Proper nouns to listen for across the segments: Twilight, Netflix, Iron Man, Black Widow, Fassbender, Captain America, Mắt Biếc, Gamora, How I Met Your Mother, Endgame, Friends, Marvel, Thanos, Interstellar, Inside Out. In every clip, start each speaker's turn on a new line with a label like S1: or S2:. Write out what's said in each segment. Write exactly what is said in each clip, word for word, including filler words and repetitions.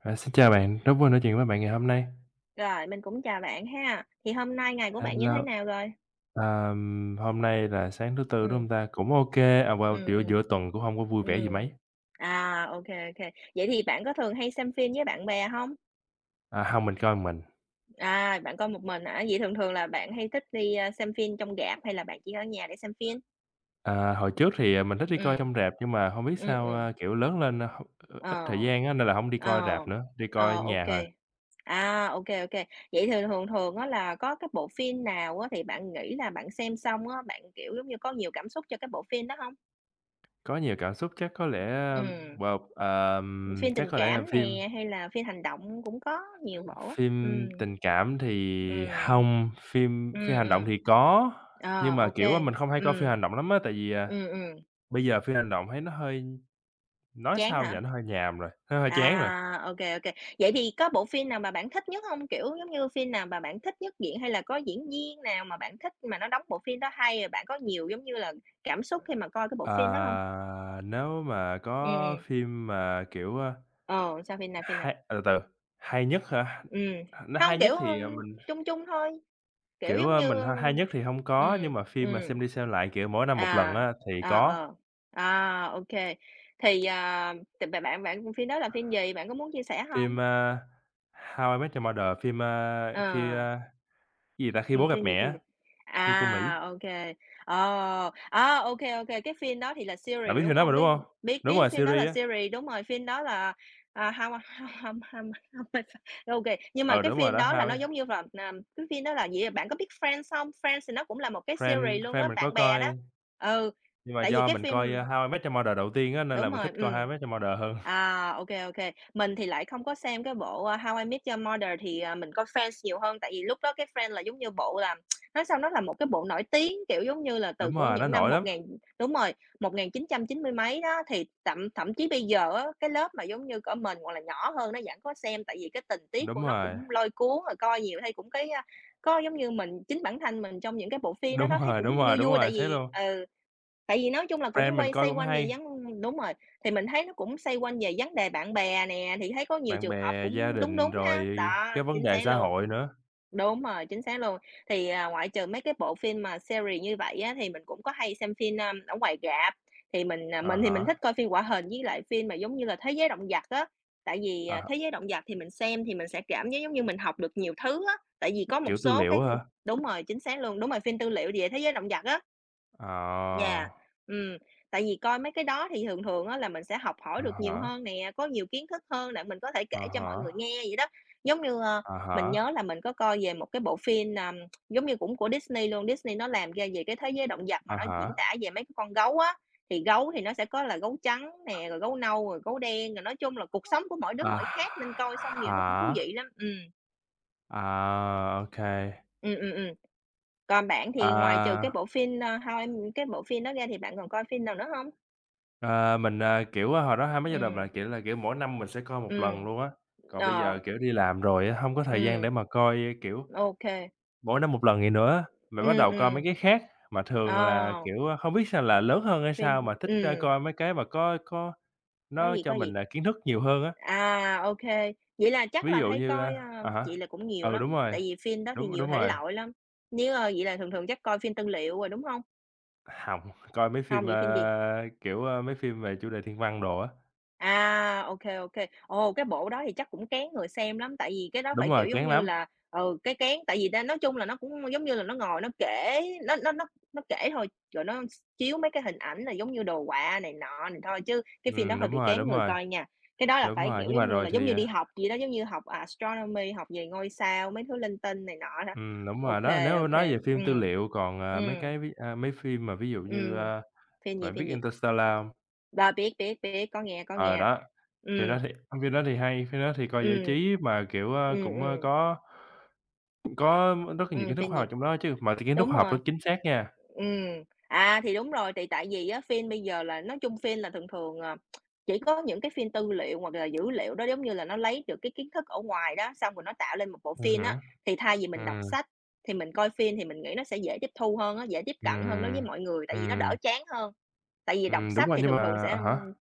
S1: À, xin chào bạn, rất vui nói chuyện với bạn ngày hôm nay.
S2: Rồi, mình cũng chào bạn ha. Thì hôm nay ngày của bạn như thế
S1: Hello,
S2: nào rồi?
S1: ờm, hôm nay là sáng thứ Tư, đúng
S2: Ừm,
S1: không ta? Cũng OK, à, wow,
S2: ừm,
S1: giữa
S2: ừm,
S1: giữa tuần cũng không có vui vẻ gì mấy.
S2: ừm. À, ok kê. Vậy thì bạn có thường hay xem phim với bạn bè không?
S1: À, hông, mình coi mình.
S2: À, bạn coi một mình hả? Vậy thường thường là bạn hay thích đi, a, xem phim trong rạp hay là bạn chỉ ở nhà để xem phim?
S1: À, hồi trước thì, à, mình thích đi coi
S2: Ừm,
S1: trong rạp nhưng mà không biết
S2: ừm,
S1: sao,
S2: ừm,
S1: a, kiểu, lớn lên, a, hông ờ, ít
S2: ờ,
S1: thời gian á nên là không đi coi
S2: ờ,
S1: rạp nữa, đi coi
S2: ờ,
S1: ở
S2: ok
S1: nhà thôi.
S2: kê. À, ok kê. Vậy thì thường thường á là có cái bộ phim nào á thì bạn nghĩ là bạn xem xong á, bạn, kiểu, giống như, có nhiều cảm xúc cho cái bộ phim đó không?
S1: Có nhiều cảm xúc chắc có lẽ, a,
S2: Ừm.
S1: wow, ờm,
S2: Phim
S1: chắc
S2: tình
S1: có lẽ là
S2: cảm
S1: phim
S2: nè, hay là phim hành động cũng có nhiều bộ á.
S1: phim
S2: Ừm,
S1: tình cảm thì
S2: ừm,
S1: không, phim phim
S2: ừm,
S1: hành động
S2: ừm.
S1: thì có,
S2: Ờ,
S1: nhưng mà,
S2: ô
S1: kiểu,
S2: kê,
S1: mình không hay coi phim
S2: ừm.
S1: hành động lắm á, tại vì, à.
S2: Ừm, ừm,
S1: Bây giờ phim hành động thấy nó hơi, nói
S2: chán
S1: sao nhỉ,
S2: hả?
S1: nó hơi nhàm rồi, nó hơi chán rồi.
S2: À, ô kê, ô kê. Vậy thì có bộ phim nào mà bạn thích nhất hông? Kiểu, giống như, phim nào mà bạn thích nhất diễn hay là có diễn viên nào mà bạn thích mà nó đóng bộ phim đó hay, rồi bạn có nhiều, giống như là, cảm xúc khi mà coi cái bộ
S1: Ờ,
S2: phim đó hông?
S1: nếu mà
S2: Ừm,
S1: có
S2: ừm.
S1: phim mà, kiểu, ơ,
S2: Ờ, sao phim nào, phim nào?
S1: hay à, từ từ, hay nhất hả?
S2: Ừm.
S1: Nó hay
S2: Hông,
S1: nhất
S2: kiểu,
S1: thì, ờ,
S2: ưm,
S1: mình,
S2: chung chung thôi, kiểu,
S1: kiểu,
S2: giống
S1: ơ,
S2: như
S1: mình h hay nhất thì hông có,
S2: ừm,
S1: nhưng mà phim mà
S2: ừm.
S1: xem đi xem lại, kiểu, mỗi năm một lần
S2: À,
S1: á thì
S2: ờ,
S1: có.
S2: ờ. À, ok. Thì, à, thì b bạn bạn phim đó là phim gì? Bạn có muốn chia sẻ hông?
S1: Phim, ơ, How I Met Your Mother, phim, ơ, khi,
S2: Ờ,
S1: ơ, cái gì ta? Khi
S2: ừm,
S1: Bố Gặp
S2: phim gì,
S1: Mẹ
S2: phim gì?
S1: á, phim của Mỹ.
S2: À, ok kê. Ờ, à, ô kê, cái phim đó thì là
S1: Bạn
S2: series,
S1: biết
S2: đúng
S1: phim đó mà,
S2: hông?
S1: đúng
S2: Cái
S1: hông?
S2: biết
S1: Đúng
S2: biết
S1: rồi,
S2: phim đó là
S1: series á.
S2: series, đúng rồi, phim đó là, à, How I How How How I Met, nhưng mà
S1: Ừ,
S2: cái
S1: đúng rồi
S2: phim
S1: đó,
S2: đó là
S1: How
S2: nó
S1: I Met.
S2: giống như là, à, cái phim đó là gì, bạn có biết Friends hông? Friends thì nó cũng là một cái
S1: Friend
S2: series luôn á,
S1: Friend mình có
S2: bạn bè đó.
S1: coi.
S2: Ừ,
S1: Nhưng mà
S2: tại vì
S1: do
S2: cái
S1: mình coi,
S2: phim.
S1: ơ, How I Met Your Mother đầu tiên á, nên là
S2: Đúng
S1: mình
S2: rồi,
S1: thích coi
S2: ừm.
S1: How I Met Your Mother hơn.
S2: À, ô kê, ô kê. Mình thì lại không có xem cái bộ, a, How I Met Your Mother thì, à, mình coi Friends nhiều hơn, tại vì lúc đó cái Friends là giống như bộ là nói sao, nó là một cái bộ nổi tiếng, kiểu, giống như là từ
S1: Đúng
S2: của
S1: rồi, nó
S2: những năm
S1: nổi
S2: một
S1: lắm.
S2: ngàn. Đúng rồi, một ngàn chín trăm chín mươi mấy đó, thì thậm thậm chí bây giờ á, cái lớp mà giống như cỡ mình hoặc là nhỏ hơn nó vẫn có xem, tại vì cái tình tiết của
S1: Đúng
S2: nó
S1: rồi,
S2: cũng lôi cuốn, rồi coi nhiều thấy cũng cái, a, có giống như mình chính bản thân mình trong những cái bộ phim đó
S1: đúng
S2: đó, thấy
S1: rồi, đúng
S2: cũng
S1: rồi,
S2: vui
S1: đúng
S2: vui, tại
S1: rồi, xét
S2: vì
S1: luôn.
S2: ừ. Tại vì nói chung là
S1: Friends
S2: cũng
S1: mình
S2: quay
S1: coi
S2: xoay
S1: cũng
S2: quanh về
S1: hay,
S2: vấn đúng rồi, thì mình thấy nó cũng xoay quanh về vấn đề bạn bè nè, thì thấy có nhiều
S1: bạn
S2: trường hợp
S1: bè, gia
S2: cũng đúng
S1: đình
S2: đúng
S1: rồi
S2: ha. Đó,
S1: cái vấn
S2: chính
S1: đề
S2: xác
S1: xã
S2: luôn,
S1: hội nữa.
S2: đúng rồi, chính xác luôn. Thì, à, ngoại trừ mấy cái bộ phim mà series như vậy á, thì mình cũng có hay xem phim, ơm, ở ngoài rạp, thì mình, à,
S1: À
S2: mình thì
S1: há,
S2: mình thích coi phim hoạt hình với lại phim mà giống như là Thế giới động vật á. Tại vì,
S1: à
S2: à,
S1: há,
S2: Thế giới động vật thì mình xem thì mình sẽ cảm giác giống như mình học được nhiều thứ á, tại vì có một
S1: kiểu tư
S2: số
S1: liệu
S2: cái
S1: á hả?
S2: đúng rồi, chính xác luôn, đúng rồi, phim tư liệu về Thế giới động vật á,
S1: Ờ,
S2: dạ, ừm, tại vì coi mấy cái đó thì thường thường á là mình sẽ học hỏi
S1: à
S2: được nhiều
S1: há,
S2: hơn nè, có nhiều kiến thức hơn để mình có thể kể
S1: à
S2: cho mọi người
S1: há,
S2: nghe vậy đó. Giống như, ơ,
S1: à há,
S2: mình nhớ là mình có coi về một cái bộ phim, ờm, giống như cũng của Disney luôn, Disney nó làm ra về cái thế giới động vật mà
S1: à
S2: nó
S1: há,
S2: diễn tả về mấy cái con gấu á, thì gấu thì nó sẽ có là gấu trắng nè, rồi gấu nâu, rồi gấu đen, rồi nói chung là cuộc sống của mỗi đứa mỗi
S1: à
S2: khác nên coi xong nhiều thấy cũng thú
S1: há,
S2: vị lắm. Ừm,
S1: à, ô kê,
S2: ừm, ừm, ừm. Còn bạn thì ngoài trừ cái
S1: à.
S2: bộ phim, ơ, How I cái bộ phim đó ra thì bạn còn coi phim nào nữa không?
S1: Ờ, mình, à, kiểu, a, hồi đó hai mấy giai đoạn là,
S2: Ừm.
S1: kiểu là, kiểu, mỗi năm mình sẽ coi một lần
S2: Ừm,
S1: luôn á, còn bây giờ,
S2: ờ,
S1: kiểu, đi làm rồi á, hông có thời gian
S2: ừm,
S1: để mà coi, kiểu,
S2: ô.
S1: mỗi năm một lần vậy nữa, mình bắt
S2: Ừm,
S1: đầu coi mấy
S2: ừm,
S1: cái khác. Mà thường là,
S2: ờ,
S1: kiểu, a, không biết sao là lớn hơn hay sao
S2: phim
S1: mà thích, a,
S2: ừm,
S1: coi mấy cái mà có có
S2: có
S1: nó
S2: gì, có
S1: cho
S2: gì.
S1: mình, à, kiến thức nhiều hơn á,
S2: À, ô, vậy là chắc
S1: ví
S2: là
S1: dụ
S2: hay
S1: như,
S2: coi,
S1: a
S2: a
S1: à há,
S2: vậy là cũng nhiều
S1: ừ, đúng
S2: lắm,
S1: rồi,
S2: tại vì phim đó thì
S1: đúng,
S2: nhiều
S1: đúng
S2: thể
S1: rồi,
S2: loại lắm. Nếu, ơ, vậy là thường thường chắc coi phim tư liệu rồi, đúng hông?
S1: hông, coi mấy
S2: Hông,
S1: phim,
S2: vậy phim gì?
S1: a, kiểu, a, mấy phim về chủ đề thiên văn đồ á,
S2: À, ok, ok, ô. Ồ, cái bộ đó thì chắc cũng kén người xem lắm, tại vì cái đó
S1: đúng
S2: phải, kiểu,
S1: rồi,
S2: giống
S1: chán
S2: như
S1: lắm,
S2: là, ừ, cái kén tại vì ta nói chung là nó cũng giống như là nó ngồi nó kể, nó nó nó nó kể thôi, rồi nó chiếu mấy cái hình ảnh là giống như đồ họa này nọ này thôi, chứ cái phim đó
S1: ừm,
S2: hơi
S1: đúng
S2: bị
S1: rồi,
S2: kén
S1: đúng
S2: người
S1: rồi,
S2: coi nha. Cái đó là
S1: đúng
S2: phải,
S1: rồi,
S2: kiểu,
S1: nhưng
S2: giống
S1: mà
S2: như là,
S1: rồi
S2: giống
S1: thì,
S2: như đi
S1: à.
S2: học gì đó, giống như học astronomy, học về ngôi sao, mấy thứ linh tinh này nọ đó.
S1: Ừm, đúng rồi,
S2: Ok,
S1: đó là nếu
S2: ok.
S1: nói về
S2: Ừ,
S1: phim tư liệu, còn,
S2: ừ, ừ.
S1: à, mấy cái ví a, mấy phim mà ví dụ như, a,
S2: Phim gì,
S1: bạn biết
S2: phim gì?
S1: Interstellar hông?
S2: Rồi, biết, biết, biết, có nghe, có
S1: Ờ,
S2: nghe.
S1: đó, phim
S2: Ừ.
S1: đó thì phim đó thì hay, phim đó thì coi giải
S2: Ừm.
S1: trí mà, kiểu, a,
S2: Ừm,
S1: cũng, a,
S2: ừm,
S1: có có rất là nhiều
S2: ừm,
S1: kiến thức
S2: phim
S1: khoa
S2: gì?
S1: học trong đó chứ, mà kiến thức
S2: Đúng
S1: khoa học
S2: rồi,
S1: rất chính xác nha.
S2: ừm. À, thì đúng rồi, thì tại vì á phim bây giờ là nói chung phim là thường thường, ờ, chỉ có những cái phim tư liệu hoặc là dữ liệu đó giống như là nó lấy được cái kiến thức ở ngoài đó, xong rồi nó tạo lên một bộ
S1: Ừm
S2: phim á,
S1: hứm,
S2: thì thay vì mình đọc
S1: ừm,
S2: sách thì mình coi phim thì mình nghĩ nó sẽ dễ tiếp thu hơn á, dễ tiếp cận hơn đối với
S1: ừm,
S2: mọi người, tại vì nó đỡ
S1: ừm,
S2: chán hơn. Tại vì đọc
S1: ừm, đúng
S2: sách
S1: rồi,
S2: thì
S1: nhưng mà
S2: thường thường sẽ,
S1: à há,
S2: không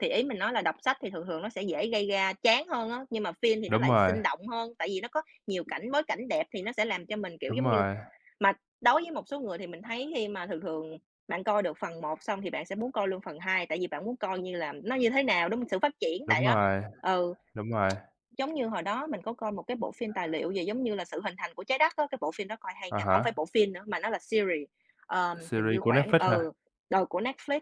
S2: thì ý mình nói là đọc sách thì thường thường nó sẽ dễ gây ra chán hơn á, nhưng mà phim thì nó
S1: đúng
S2: lại
S1: rồi,
S2: sinh động hơn, tại vì nó có nhiều cảnh bối cảnh đẹp thì nó sẽ làm cho mình, kiểu,
S1: đúng
S2: giống như
S1: rồi,
S2: mà đối với một số người thì mình thấy khi mà thường thường bạn coi được phần một xong thì bạn sẽ muốn coi luôn phần hai tại vì bạn muốn coi như là nó như thế nào, đúng hông? Sự phát triển
S1: đúng
S2: tại đó.
S1: rồi,
S2: Ừ.
S1: đúng rồi,
S2: Giống như hồi đó mình có coi một cái bộ phim tài liệu về giống như là sự hình thành của trái đất á, cái bộ phim đó coi hay
S1: à
S2: nha, hổng phải
S1: há,
S2: bộ phim nữa mà nó là series, ờm, hình như
S1: series của
S2: khoảng
S1: Netflix hả?
S2: ừ, ờ, của Netflix,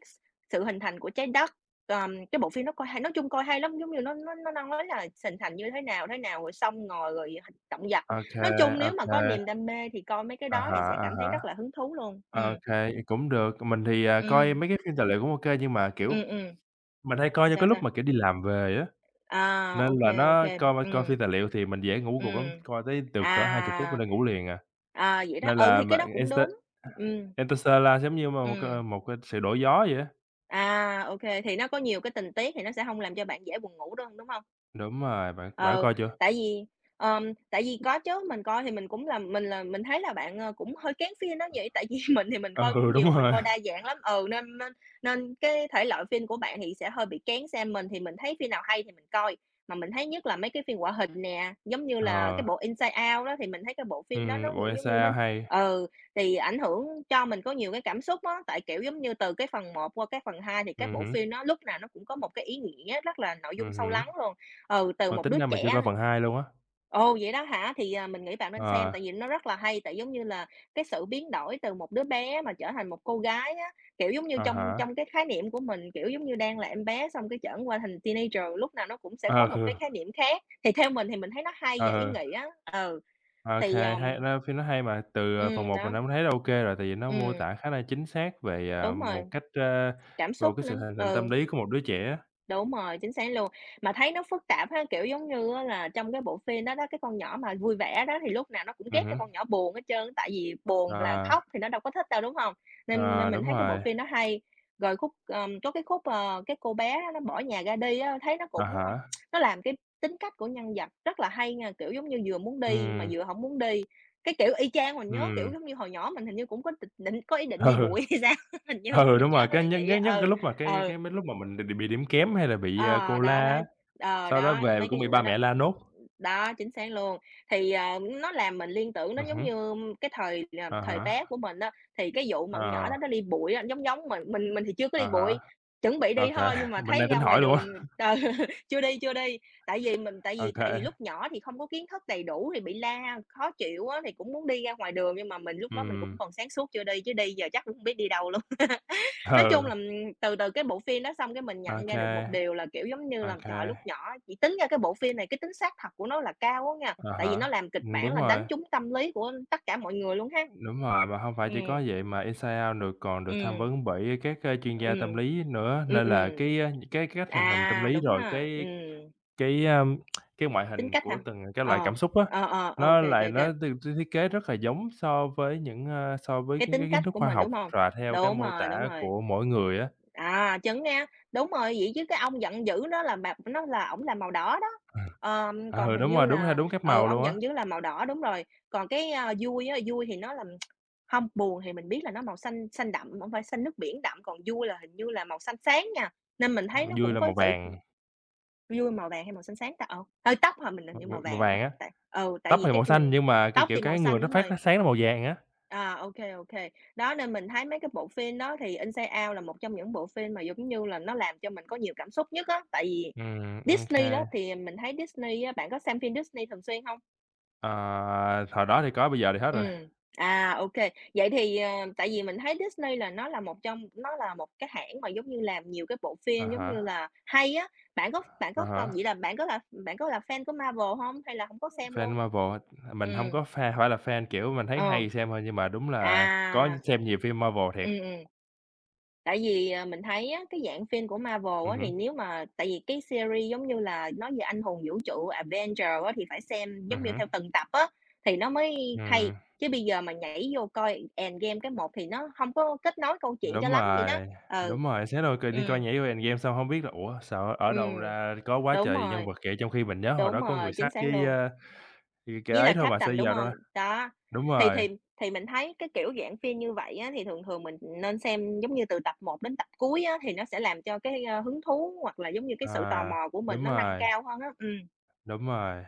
S2: "Sự hình thành của trái đất", ờm, cái bộ phim đó coi hay nói chung coi hay lắm, giống như nó nó nó nói là hình thành như thế nào, thế nào, rồi xong ngồi rồi h động vật.
S1: Ô kê,
S2: Nói chung
S1: ô
S2: nếu mà có
S1: kê,
S2: niềm đam mê thì coi mấy cái
S1: à
S2: đó thì
S1: há,
S2: sẽ
S1: à
S2: cảm thấy
S1: há.
S2: rất là hứng thú luôn.
S1: Ô
S2: Ừm,
S1: kê, cũng được. Mình thì, à, coi
S2: ừm,
S1: mấy cái phim tài liệu cũng ô kê, nhưng mà, kiểu,
S2: ừm, ừm,
S1: mình hay coi trong cái
S2: sao,
S1: lúc
S2: sao?
S1: mà, kiểu, đi làm về á,
S2: À,
S1: nên
S2: ok
S1: là
S2: ok ô
S1: nó
S2: kê,
S1: coi coi phim tài liệu thì mình dễ ngủ gục lắm, coi tới được cỡ hai chục phút
S2: à,
S1: mình đã ngủ liền à.
S2: à, vậy đó,
S1: Nên
S2: ừ,
S1: là
S2: thì cái
S1: mà
S2: đó cũng
S1: Inter
S2: đúng, ừm,
S1: Interstellar giống như mà một,
S2: ừm,
S1: ờ, một cái sự đổi gió vậy á.
S2: à, ok thì nó có nhiều cái tình tiết thì nó sẽ không làm cho bạn dễ buồn ngủ đâu, đúng không?
S1: Đúng rồi, bạn bạn có
S2: Ờ,
S1: coi chưa?
S2: tại vì, ờm, tại vì có chứ, mình coi thì mình cũng là mình là mình thấy là bạn, ờ, cũng hơi kén phim á vậy, tại vì mình thì mình coi
S1: Ừ,
S2: cũng
S1: đúng
S2: nhiều, mình
S1: rồi.
S2: coi đa dạng lắm, ừ, nên nên nên cái thể loại phim của bạn thì sẽ hơi bị kén xem mình thì mình thấy phim nào hay thì mình coi. Mà mình thấy nhất là mấy cái phim hoạt hình nè, giống như là cái
S1: Ờ,
S2: bộ Inside Out đó thì mình thấy cái bộ phim đó nó
S1: ừm, bộ
S2: cũng giống như nó
S1: siêu hay.
S2: ừ, thì ảnh hưởng cho mình có nhiều cái cảm xúc á, tại, kiểu, giống như từ cái phần một qua cái phần hai thì các
S1: Ừm
S2: bộ
S1: hứm,
S2: phim nó lúc nào nó cũng có một cái ý nghĩa rất là nội dung
S1: ừm
S2: sâu
S1: hứm.
S2: lắng luôn. Ừ, từ
S1: Ờ,
S2: một
S1: tính
S2: đứa
S1: ra mình chưa
S2: trẻ.
S1: coi phần hai luôn á.
S2: Ồ, vậy đó hả? Thì, à, mình nghĩ bạn nên xem
S1: Ờ,
S2: tại vì nó rất là hay, tại giống như là cái sự biến đổi từ một đứa bé mà trở thành một cô gái á, kiểu, giống như
S1: à há,
S2: trong trong cái khái niệm của mình, kiểu, giống như đang là em bé xong cái chởn qua thành teenager, lúc nào nó cũng sẽ có một
S1: ừ,
S2: cái khái niệm khác. Thì theo mình thì mình thấy nó hay
S1: ờ,
S2: và ý
S1: ừ.
S2: nghĩa. Ừ,
S1: OK,
S2: thì, ờm
S1: hay nó phim nó hay mà, từ, ờ, phần
S2: ừm,
S1: một
S2: đó,
S1: mình cũng thấy là OK rồi, tại vì nó mô
S2: ừm,
S1: tả khá là chính xác về, à,
S2: đúng
S1: một
S2: rồi,
S1: cách, ơ,
S2: cảm
S1: một
S2: xúc
S1: cái sự
S2: nữa,
S1: hình thành
S2: ừ.
S1: tâm lý của một đứa trẻ á.
S2: Đúng rồi, chính xác luôn. Mà thấy nó phức tạp ha, kiểu, giống như á là trong cái bộ phim đó đó, cái con nhỏ mà vui vẻ đó thì lúc nào nó cũng ghét
S1: Ừm
S2: cái
S1: hứm,
S2: con nhỏ buồn hết trơn, tại vì buồn là
S1: ờ,
S2: khóc thì nó đâu có thích đâu, đúng hông? Nên nên
S1: ờ,
S2: mình
S1: đúng
S2: thấy cái bộ
S1: rồi,
S2: phim nó hay. Rồi khúc, ờm, có cái khúc, ờ, cái cô bé đó nó bỏ nhà ra đi á, thấy nó
S1: à
S2: cũng, ưm,
S1: há,
S2: nó làm cái tính cách của nhân vật rất là hay nha, kiểu, giống như vừa muốn đi mà
S1: ừm,
S2: vừa hổng muốn đi. Cái kiểu y chang mình nhớ, kiểu,
S1: ừm,
S2: giống như hồi nhỏ mình hình như cũng có tịch định có ý định đi
S1: ừ,
S2: bụi hay sao? Hình như
S1: ừ,
S2: mình
S1: đúng
S2: nhớ
S1: rồi, cái
S2: là
S1: nhất
S2: vậy
S1: nhất
S2: á,
S1: nhất cái
S2: ừ,
S1: lúc mà cái
S2: ừ.
S1: cái mấy lúc mà mình đ bị điểm kém hay là bị, à,
S2: Ờ,
S1: cô la
S2: đó, đó,
S1: á,
S2: ờ,
S1: sau đó
S2: đó,
S1: về
S2: mấy
S1: cũng
S2: cái
S1: bị
S2: vụ
S1: ba
S2: đó đó.
S1: mẹ la nốt.
S2: Đó, chính xác luôn. Thì, ờ, nó làm mình liên tưởng nó
S1: Ừm
S2: giống
S1: hứm,
S2: như cái thời, à,
S1: à
S2: thời
S1: há,
S2: bé của mình á, thì cái vụ mà con nhỏ
S1: ờ,
S2: đó nó đi bụi á, giống giống mình, mình mình thì chưa có
S1: à
S2: đi bụi,
S1: há,
S2: chuẩn bị đi
S1: OK,
S2: thôi nhưng mà
S1: mình
S2: thấy
S1: đang
S2: ra
S1: tính
S2: ngoài
S1: hỏi luôn á,
S2: đường ừ, chưa đi, chưa đi. Tại vì mình tại vì tại vì
S1: OK,
S2: lúc nhỏ thì không có kiến thức đầy đủ thì bị la, khó chịu á, thì cũng muốn đi ra ngoài đường nhưng mà mình lúc đó mình cũng
S1: ừm,
S2: còn sáng suốt chưa đi, chứ đi giờ chắc cũng hông biết đi đâu luôn. Nói chung
S1: ừ,
S2: là, ừm, từ từ cái bộ phim đó xong cái mình nhận
S1: OK,
S2: ra được một điều là, kiểu, giống như là,
S1: OK.
S2: trời, lúc nhỏ chỉ tính ra cái bộ phim này cái tính xác thật của nó là cao á nha,
S1: À
S2: tại vì
S1: hả,
S2: nó làm kịch
S1: ừm,
S2: bản
S1: đúng
S2: là đánh
S1: rồi,
S2: trúng tâm lý của tất cả mọi người luôn ha.
S1: đúng rồi, mà không phải
S2: Ừm,
S1: chỉ có vậy mà Inside Out được còn được tham
S2: ừm,
S1: vấn bởi các, a, chuyên gia
S2: ừm.
S1: tâm lý nữa,
S2: Ừm,
S1: nên là
S2: ừm.
S1: cái, a, cái cái cách hình thành tâm
S2: À,
S1: lý
S2: đúng
S1: rồi
S2: ha,
S1: cái
S2: ừm,
S1: cái, a, cái ngoại
S2: tính
S1: hình
S2: cách
S1: của
S2: hả?
S1: từng cái loại
S2: Ờ,
S1: cảm xúc á,
S2: ờ, ờ, ô
S1: nó
S2: kê,
S1: lại
S2: kê, kê,
S1: nó được được thiết kế rất là giống so với những, a, so với
S2: cái
S1: cái
S2: tính
S1: cái kiến
S2: cách
S1: thức
S2: của
S1: khoa
S2: mình,
S1: học
S2: đúng hông?
S1: và theo cái
S2: Đúng
S1: mô
S2: rồi, đúng
S1: tả
S2: rồi.
S1: của mỗi người á.
S2: À, trứng á, đúng rồi, vậy chứ cái ông giận dữ đó là bạc nó là ổng là màu đỏ đó. Ờm,
S1: À,
S2: còn
S1: ừ,
S2: hình
S1: đúng
S2: như
S1: rồi, đúng theo
S2: là
S1: đúng các
S2: ừ,
S1: màu
S2: ông
S1: luôn á,
S2: giận dữ là màu đỏ, đúng rồi. Còn cái, a, vui á, vui thì nó là không buồn thì mình biết là nó màu xanh xanh đậm, không phải xanh nước biển đậm, còn vui là hình như là màu xanh sáng nha, nên mình thấy nó
S1: vui
S2: cũng
S1: là
S2: có
S1: màu
S2: sự.
S1: vàng,
S2: Vui màu vàng hay màu xanh sáng ta? Ờ, hơi tóc hả? Mình hình
S1: m
S2: như màu
S1: màu
S2: vàng quá,
S1: vàng á,
S2: tại ừ, tại
S1: tóc
S2: vì
S1: thì
S2: cái
S1: màu
S2: mình
S1: xanh nhưng mà, cái
S2: tóc thì
S1: kiểu,
S2: màu
S1: cái người
S2: xanh,
S1: nó
S2: đúng
S1: phát
S2: rồi.
S1: nó sáng là màu vàng á.
S2: À, ok kê. Đó, nên mình thấy mấy cái bộ phim đó thì Inside Out là một trong những bộ phim mà, giống như là, nó làm cho mình có nhiều cảm xúc nhất á, tại vì
S1: Ừm, ô.
S2: Disney đó thì mình thấy Disney á, bạn có xem phim Disney thường xuyên không?
S1: Ờ, hồi đó thì có, bây giờ thì hết rồi.
S2: Ừm, à, ô kê. Vậy thì, ờ, tại vì mình thấy Disney là nó là một trong nó là một cái hãng mà, giống như, làm nhiều cái bộ
S1: À
S2: phim, giống
S1: há,
S2: như là, hay á. Bạn có bạn
S1: à
S2: có coi
S1: há,
S2: vậy là bạn có là bạn có là fan của Marvel hông hay là hổng có xem
S1: fan
S2: luôn?
S1: Marvel, mình hông
S2: Ừm,
S1: có fan, phải là fan, kiểu, mình thấy
S2: ờ,
S1: hay xem thôi, nhưng mà đúng
S2: à,
S1: là có xem nhiều phim Marvel thiệt.
S2: ừm, ừm. Tại vì, à, mình thấy á, cái dạng phim của Marvel
S1: Ừm
S2: á, thì
S1: hứm,
S2: nếu mà tại vì cái series giống như là nói về anh hùng vũ trụ Avengers á, thì phải xem
S1: ừm
S2: giống như
S1: hứm,
S2: theo từng tập á, thì nó mới hay,
S1: ừm,
S2: chứ bây giờ mà nhảy vô coi Endgame cái một thì nó không có kết nối câu chuyện cho
S1: đúng
S2: lắm vậy đó.
S1: rồi,
S2: Ừ.
S1: đúng rồi, xé đâu coi đi coi
S2: Ừm.
S1: nhảy yêu Endgame xong hông biết là "Ủa, sao ở đâu
S2: Ừm,
S1: ra có quá
S2: đúng
S1: trời nhân
S2: rồi,
S1: vật vậy?" Trong khi mình nhớ hồi
S2: đúng
S1: đó có
S2: rồi,
S1: người
S2: chính
S1: sắt
S2: xác
S1: với,
S2: luôn.
S1: ơ, cái cái
S2: Với
S1: ấy
S2: là
S1: thôi mà sao
S2: Captain,
S1: giờ
S2: đúng
S1: đâu
S2: không?
S1: ra.
S2: Đó,
S1: Đúng
S2: thì
S1: rồi,
S2: thì thì mình thấy cái kiểu dạng phim như vậy á, thì thường thường mình nên xem giống như từ tập một đến tập cuối á, thì nó sẽ làm cho cái, ơ, hứng thú hoặc là giống như cái sự tò
S1: à,
S2: mò của mình
S1: đúng
S2: nó nâng
S1: rồi,
S2: cao hơn á. Ừ,
S1: đúng rồi.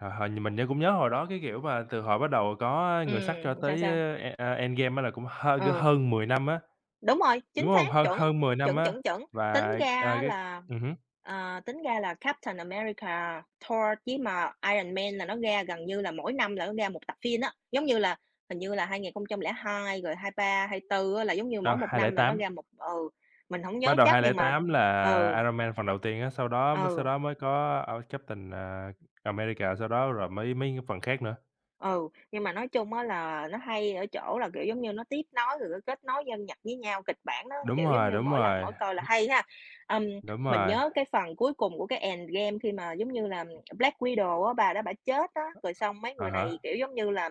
S1: Hồi hồi mình nhớ cũng nhớ hồi đó, cái kiểu mà, từ hồi bắt đầu có Người Sắt cho
S2: ừm, sao,
S1: tới,
S2: sao?
S1: ơ, e a, Endgame á là cũng hơn
S2: Ừ.
S1: hơn mười năm á,
S2: Đúng rồi, chính
S1: đúng hông?
S2: xác,
S1: Hơn
S2: chuẩn,
S1: hơn mười năm
S2: chuẩn,
S1: á,
S2: chuẩn, chuẩn. Tính
S1: và,
S2: ra
S1: ờ,
S2: á
S1: cái
S2: là,
S1: ừm hứm,
S2: ờ, tính ra là Captain America, Thor với mà Iron Man là nó ra gần như là mỗi năm là nó ra một tập phim á. Giống như là hình như là hai nghìn không trăm lẻ hai rồi hai ba, hai bốn á, là giống như mỗi
S1: ờ,
S2: một năm là nó
S1: hai không tám,
S2: ra một ừ, mình hổng
S1: bắt
S2: nhớ
S1: đầu
S2: chắc nhưng mà
S1: hai không tám là
S2: ừ,
S1: Iron Man phần đầu tiên á, sau đó mới sau
S2: ừ.
S1: đó mới có, ờ, Captain, ờ, America, sau đó rồi mới mấy phần khác nữa.
S2: Ừ, nhưng mà nói chung á là nó hay ở chỗ là, kiểu, giống như, nó tiếp nối rồi nó kết nối dân Nhật với nhau, kịch bản nó,
S1: Đúng
S2: kiểu, giống
S1: rồi,
S2: như,
S1: đúng
S2: mỗi lần
S1: rồi,
S2: mỗi coi là hay ha. Ừm,
S1: đúng
S2: mình
S1: rồi,
S2: nhớ cái phần cuối cùng của cái Endgame khi mà, giống như là, Black Widow á, bà đó bà chết á, rồi xong mấy
S1: à
S2: người
S1: há,
S2: này, kiểu, giống như là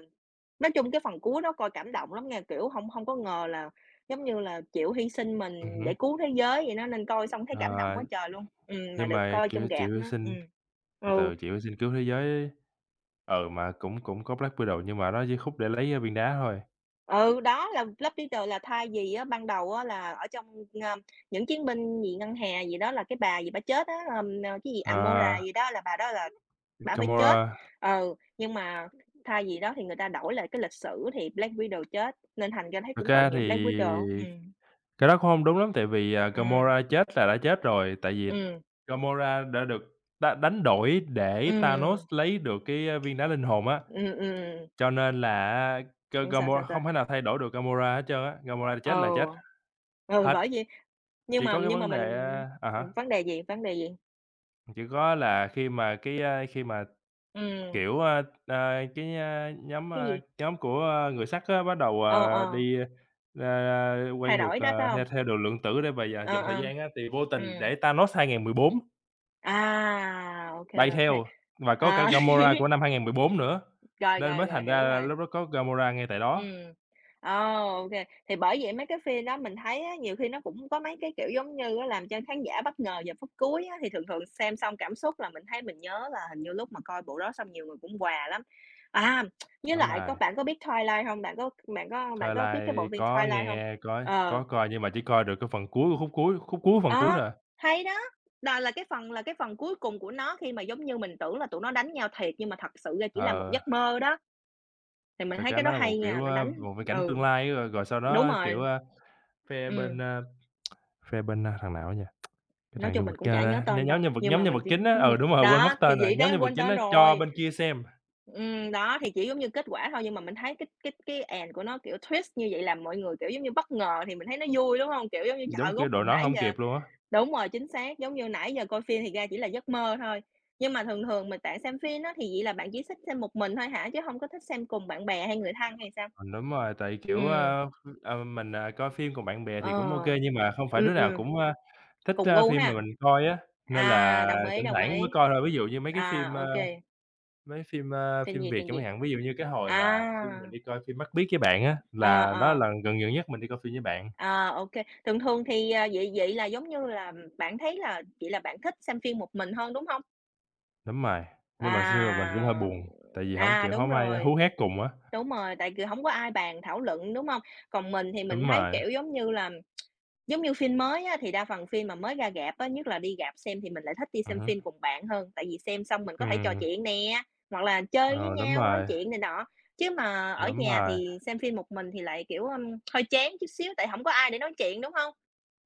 S2: nói chung cái phần cuối đó coi cảm động lắm nha, kiểu, không không có ngờ là, giống như là, chịu hy sinh
S1: ừm
S2: mình để
S1: hứm,
S2: cứu thế giới vậy đó, nên coi xong thấy
S1: ờ,
S2: cảm động quá trời luôn. Ừm, mà
S1: nhưng
S2: được
S1: mà,
S2: coi trong
S1: kiểu, chị
S2: rạp
S1: Hy
S2: nữa,
S1: Sinh
S2: ừm.
S1: từ
S2: Ừ.
S1: từ, chị Hy Sinh cứu thế giới. Ừ, mà cũng cũng có Black Widow nhưng mà nó chỉ khúc để lấy, a, viên đá thôi.
S2: Ừ, đó là Blood Leader là thay vì á, ban đầu á, là ở trong, ơ, những chiến binh gì ngân hà gì đó là cái bà gì bà chết á, ờm, ờ, cái gì Amora
S1: Ờ,
S2: gì đó là bà đó là bà phải chết.
S1: Gamora,
S2: Ừ, nhưng mà thay vì đó thì người ta đổi lại cái lịch sử thì Black Widow chết, nên thành ra thấy
S1: thực
S2: cũng tội
S1: ra
S2: nghiệp Black Widow.
S1: thì
S2: Ừm,
S1: cái đó cũng hông đúng lắm tại vì, à,
S2: ừm,
S1: Gamora chết là đã chết rồi, tại vì
S2: ừm,
S1: Gamora đã được đá đánh đổi để
S2: ừm,
S1: Thanos
S2: ừm,
S1: lấy được cái, a, viên đá linh hồn á,
S2: ừm, ừm.
S1: cho nên là á. Ga
S2: Sao, sao,
S1: Gamora không thể
S2: sao?
S1: nào thay đổi được Gamora hết trơn á, Gamora chết là chết
S2: Ừ, ừ,
S1: hết.
S2: bởi vì. Nhưng
S1: Chỉ
S2: mà
S1: có cái
S2: nhưng mà
S1: vấn đề,
S2: mình
S1: a à há,
S2: vấn đề gì, vấn đề gì?
S1: chỉ có là khi mà cái, a, khi mà
S2: Ừm,
S1: kiểu, ơ, ờ, cái, a, nhóm,
S2: cái
S1: a,
S2: gì?
S1: nhóm của, a, người sắt á bắt đầu,
S2: Ờ,
S1: à,
S2: ờ,
S1: đi, a, quay
S2: thay
S1: ngược,
S2: đổi đó, phải
S1: à,
S2: hông?
S1: theo theo đường lượng tử để về d
S2: Ờ,
S1: dòng thời
S2: ờ.
S1: gian á, thì vô tình
S2: Ừm.
S1: để Thanos hai không một bốn
S2: À, ô kê,
S1: bay
S2: ô kê.
S1: theo và có cả
S2: À,
S1: Gamora của năm hai không một bốn nữa,
S2: rồi,
S1: nên
S2: rồi,
S1: mới
S2: rồi,
S1: thành ra
S2: hiểu
S1: là
S2: rồi.
S1: lúc đó có Gamora ngay tại đó.
S2: Ừm. Ờ, ô kê. Thì bởi vậy mấy cái phim đó mình thấy á, nhiều khi nó cũng có mấy cái, kiểu, giống như á, làm cho khán giả bất ngờ vào phút cuối á, thì thường thường xem xong cảm xúc là mình thấy mình nhớ là hình như lúc mà coi bộ đó xong nhiều người cũng "wow" lắm. À, với
S1: Đúng
S2: lại có
S1: rồi,
S2: bạn có biết Twilight hông? Bạn có bạn có bạn có biết cái bộ
S1: Twilight
S2: phim
S1: có
S2: Twilight hông?
S1: nghe có
S2: Ờ.
S1: có coi nhưng mà chỉ coi được cái phần cuối khúc cuối, khúc cuối phần cuối
S2: Ờ,
S1: thôi à.
S2: hay đó! Đó là cái phần là cái phần cuối cùng của nó khi mà giống như mình tưởng là tụi nó đánh nhau thiệt nhưng mà thật sự ra chỉ là một
S1: Ờ,
S2: giấc mơ đó, thì mình
S1: thực
S2: thấy
S1: ra
S2: cái đó
S1: nó là một,
S2: hay nha,
S1: kiểu,
S2: nó
S1: a,
S2: đánh
S1: một viễn cảnh
S2: ừ,
S1: tương lai, ấy, rồi rồi sau
S2: đúng
S1: đó, kiểu,
S2: rồi.
S1: a, phe bên,
S2: Ừm,
S1: a Fassbender, thằng nào á nhỉ? Cái
S2: nói
S1: thằng
S2: chung
S1: nhân
S2: mình
S1: vật,
S2: cũng chả nhớ
S1: a,
S2: tên
S1: nh
S2: đâu,
S1: nhóm nhân vật
S2: nhưng
S1: nhóm
S2: mà
S1: nhân
S2: mình
S1: vật
S2: chỉ
S1: chính á,
S2: ừm,
S1: ừ, đúng rồi, quên
S2: đó,
S1: mất tên
S2: thì
S1: rồi,
S2: vậy
S1: nhóm
S2: đó,
S1: nhân vật
S2: quên
S1: chính
S2: tên
S1: á cho
S2: rồi.
S1: bên kia xem,
S2: Ừm, đó, thì chỉ giống như kết quả thôi nhưng mà mình thấy cái cái cái end của nó, kiểu, twist như vậy làm mọi người, kiểu, giống như bất ngờ thì mình thấy nó vui, đúng hông? Kiểu, giống như, trời,
S1: giống
S2: rốt
S1: kiểu
S2: cuộc
S1: đội nón
S2: nãy
S1: hổng
S2: giờ.
S1: kịp luôn á.
S2: Đúng rồi, chính xác, giống như nãy giờ coi phim thì ra chỉ là giấc mơ thôi. Nhưng mà thường thường mà bạn xem phim á, thì vậy là bạn chỉ thích xem một mình thôi hả? Chứ hông có thích xem cùng bạn bè hay người thân hay sao?
S1: Ừ, đúng rồi, tại, kiểu,
S2: Ừm,
S1: ơ, ờ, mình, à, coi phim cùng bạn bè
S2: ờ,
S1: thì cũng ô kê, nhưng mà không phải
S2: ừm,
S1: đứa nào
S2: ừm,
S1: cũng, a, thích,
S2: cùng
S1: a,
S2: gu
S1: phim mà
S2: ha?
S1: mình coi á, nên
S2: À,
S1: là
S2: đồng ý,
S1: thỉnh
S2: đồng
S1: thoảng mới
S2: ý.
S1: coi thôi. Ví dụ như mấy cái
S2: À,
S1: phim,
S2: ô
S1: ơ,
S2: kê,
S1: mấy phim, ơ,
S2: phim
S1: phim
S2: gì,
S1: Việt
S2: phim
S1: chẳng
S2: gì?
S1: hạn, ví dụ như cái hồi mà khi mình
S2: À,
S1: đi coi phim Mắt Biếc với bạn á,
S2: ờ,
S1: là đó là
S2: ờ,
S1: lần gần gần nhất mình đi coi phim với bạn.
S2: à, ô kê. Thường thường thì, à, vậy vậy là giống như là bạn thấy là vậy là bạn thích xem phim một mình hơn, đúng hông?
S1: Đúng rồi, nhưng mà xưa mình cũng hơi
S2: À,
S1: buồn, tại vì hổng,
S2: à,
S1: kiểu,
S2: đúng
S1: hổng ai
S2: rồi.
S1: hú hét cùng á.
S2: Đúng rồi, tại vì không có ai bàn thảo luận, đúng không? Còn mình thì mình
S1: Đúng
S2: thấy,
S1: rồi,
S2: kiểu, giống như là, giống như phim mới á, thì đa phần phim mà mới ra rạp á, nhất là đi rạp xem thì mình lại thích đi
S1: ừm
S2: xem
S1: hứm,
S2: phim cùng bạn hơn, tại vì xem xong mình có thể trò
S1: ừm,
S2: chuyện nè, hoặc là chơi với
S1: ờ, đúng
S2: nhau, nói
S1: rồi,
S2: chuyện này nọ. Chứ mà ở
S1: đúng
S2: nhà
S1: rồi,
S2: thì xem phim một mình thì lại, kiểu, ưm, hơi chán chút xíu, tại không có ai để nói chuyện, đúng không?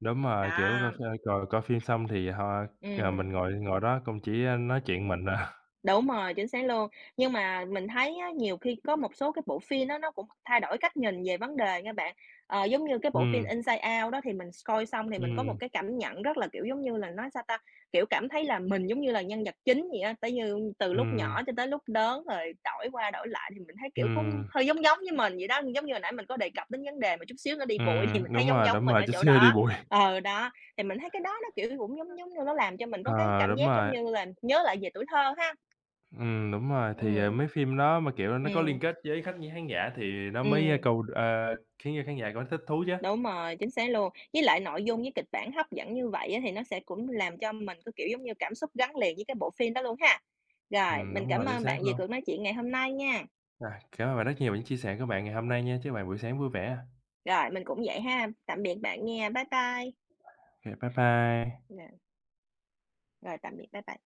S1: đúng rồi, kiểu, coi
S2: Đó,
S1: ph coi coi phim xong thì ho ờ, mình
S2: ừ.
S1: ngồi ngồi đó cũng chỉ, a, nói chuyện mình à.
S2: Đúng rồi, chính xác luôn. Nhưng mà mình thấy á, nhiều khi có một số cái bộ phim á, nó cũng thay đổi cách nhìn về vấn đề nha bạn. Ờ, giống như cái bộ phim
S1: Ừm,
S2: Inside Out đó thì mình coi xong thì mình có một
S1: ừm,
S2: cái cảm nhận rất là, kiểu, giống như là, nói sao ta, kiểu, cảm thấy là mình giống như là nhân vật chính vậy á, tới như từ lúc nhỏ
S1: ừm,
S2: cho tới lúc lớn rồi đổi qua đổi lại thì mình thấy, kiểu, cũng
S1: ừm,
S2: hơi giống giống với mình vậy đó. Giống như hồi nãy mình có đề cập đến vấn đề mà chút xíu nó đi bụi thì mình
S1: ừm,
S2: thấy
S1: đúng
S2: giống
S1: rồi,
S2: giống
S1: đúng
S2: mình
S1: rồi,
S2: ở
S1: chút
S2: chỗ
S1: xíu đi
S2: đó.
S1: bụi.
S2: Ờ, đó, thì mình thấy cái đó nó, kiểu, cũng giống giống như nó làm cho mình có cái
S1: Ờ,
S2: cảm
S1: đúng
S2: giác giống
S1: rồi,
S2: như là nhớ lại về tuổi thơ ha.
S1: ừm, đúng rồi, thì, ờ,
S2: Ừm,
S1: mấy phim đó mà, kiểu, nó có
S2: ừm,
S1: liên kết với khách với khán giả thì nó mới, a,
S2: ừm,
S1: cầu ờ, khiến cho khán giả cảm thấy thích thú chứ.
S2: đúng rồi, chính xác luôn. Với lại nội dung với kịch bản hấp dẫn như vậy á, thì nó sẽ cũng làm cho mình có, kiểu, giống như cảm xúc gắn liền với cái bộ phim đó luôn ha. Rồi,
S1: Ừm,
S2: mình
S1: đúng
S2: cảm
S1: rồi, chính
S2: ơn
S1: xác
S2: bạn vì
S1: luôn.
S2: cuộc nói chuyện ngày hôm nay nha.
S1: À, cảm ơn bạn rất nhiều về những chia sẻ của bạn ngày hôm nay nha, chúc bạn buổi sáng vui vẻ.
S2: Rồi, mình cũng vậy ha, tạm biệt bạn nha, bye bye.
S1: OK, bye bye.
S2: Rồi, rồi tạm biệt, bye bye.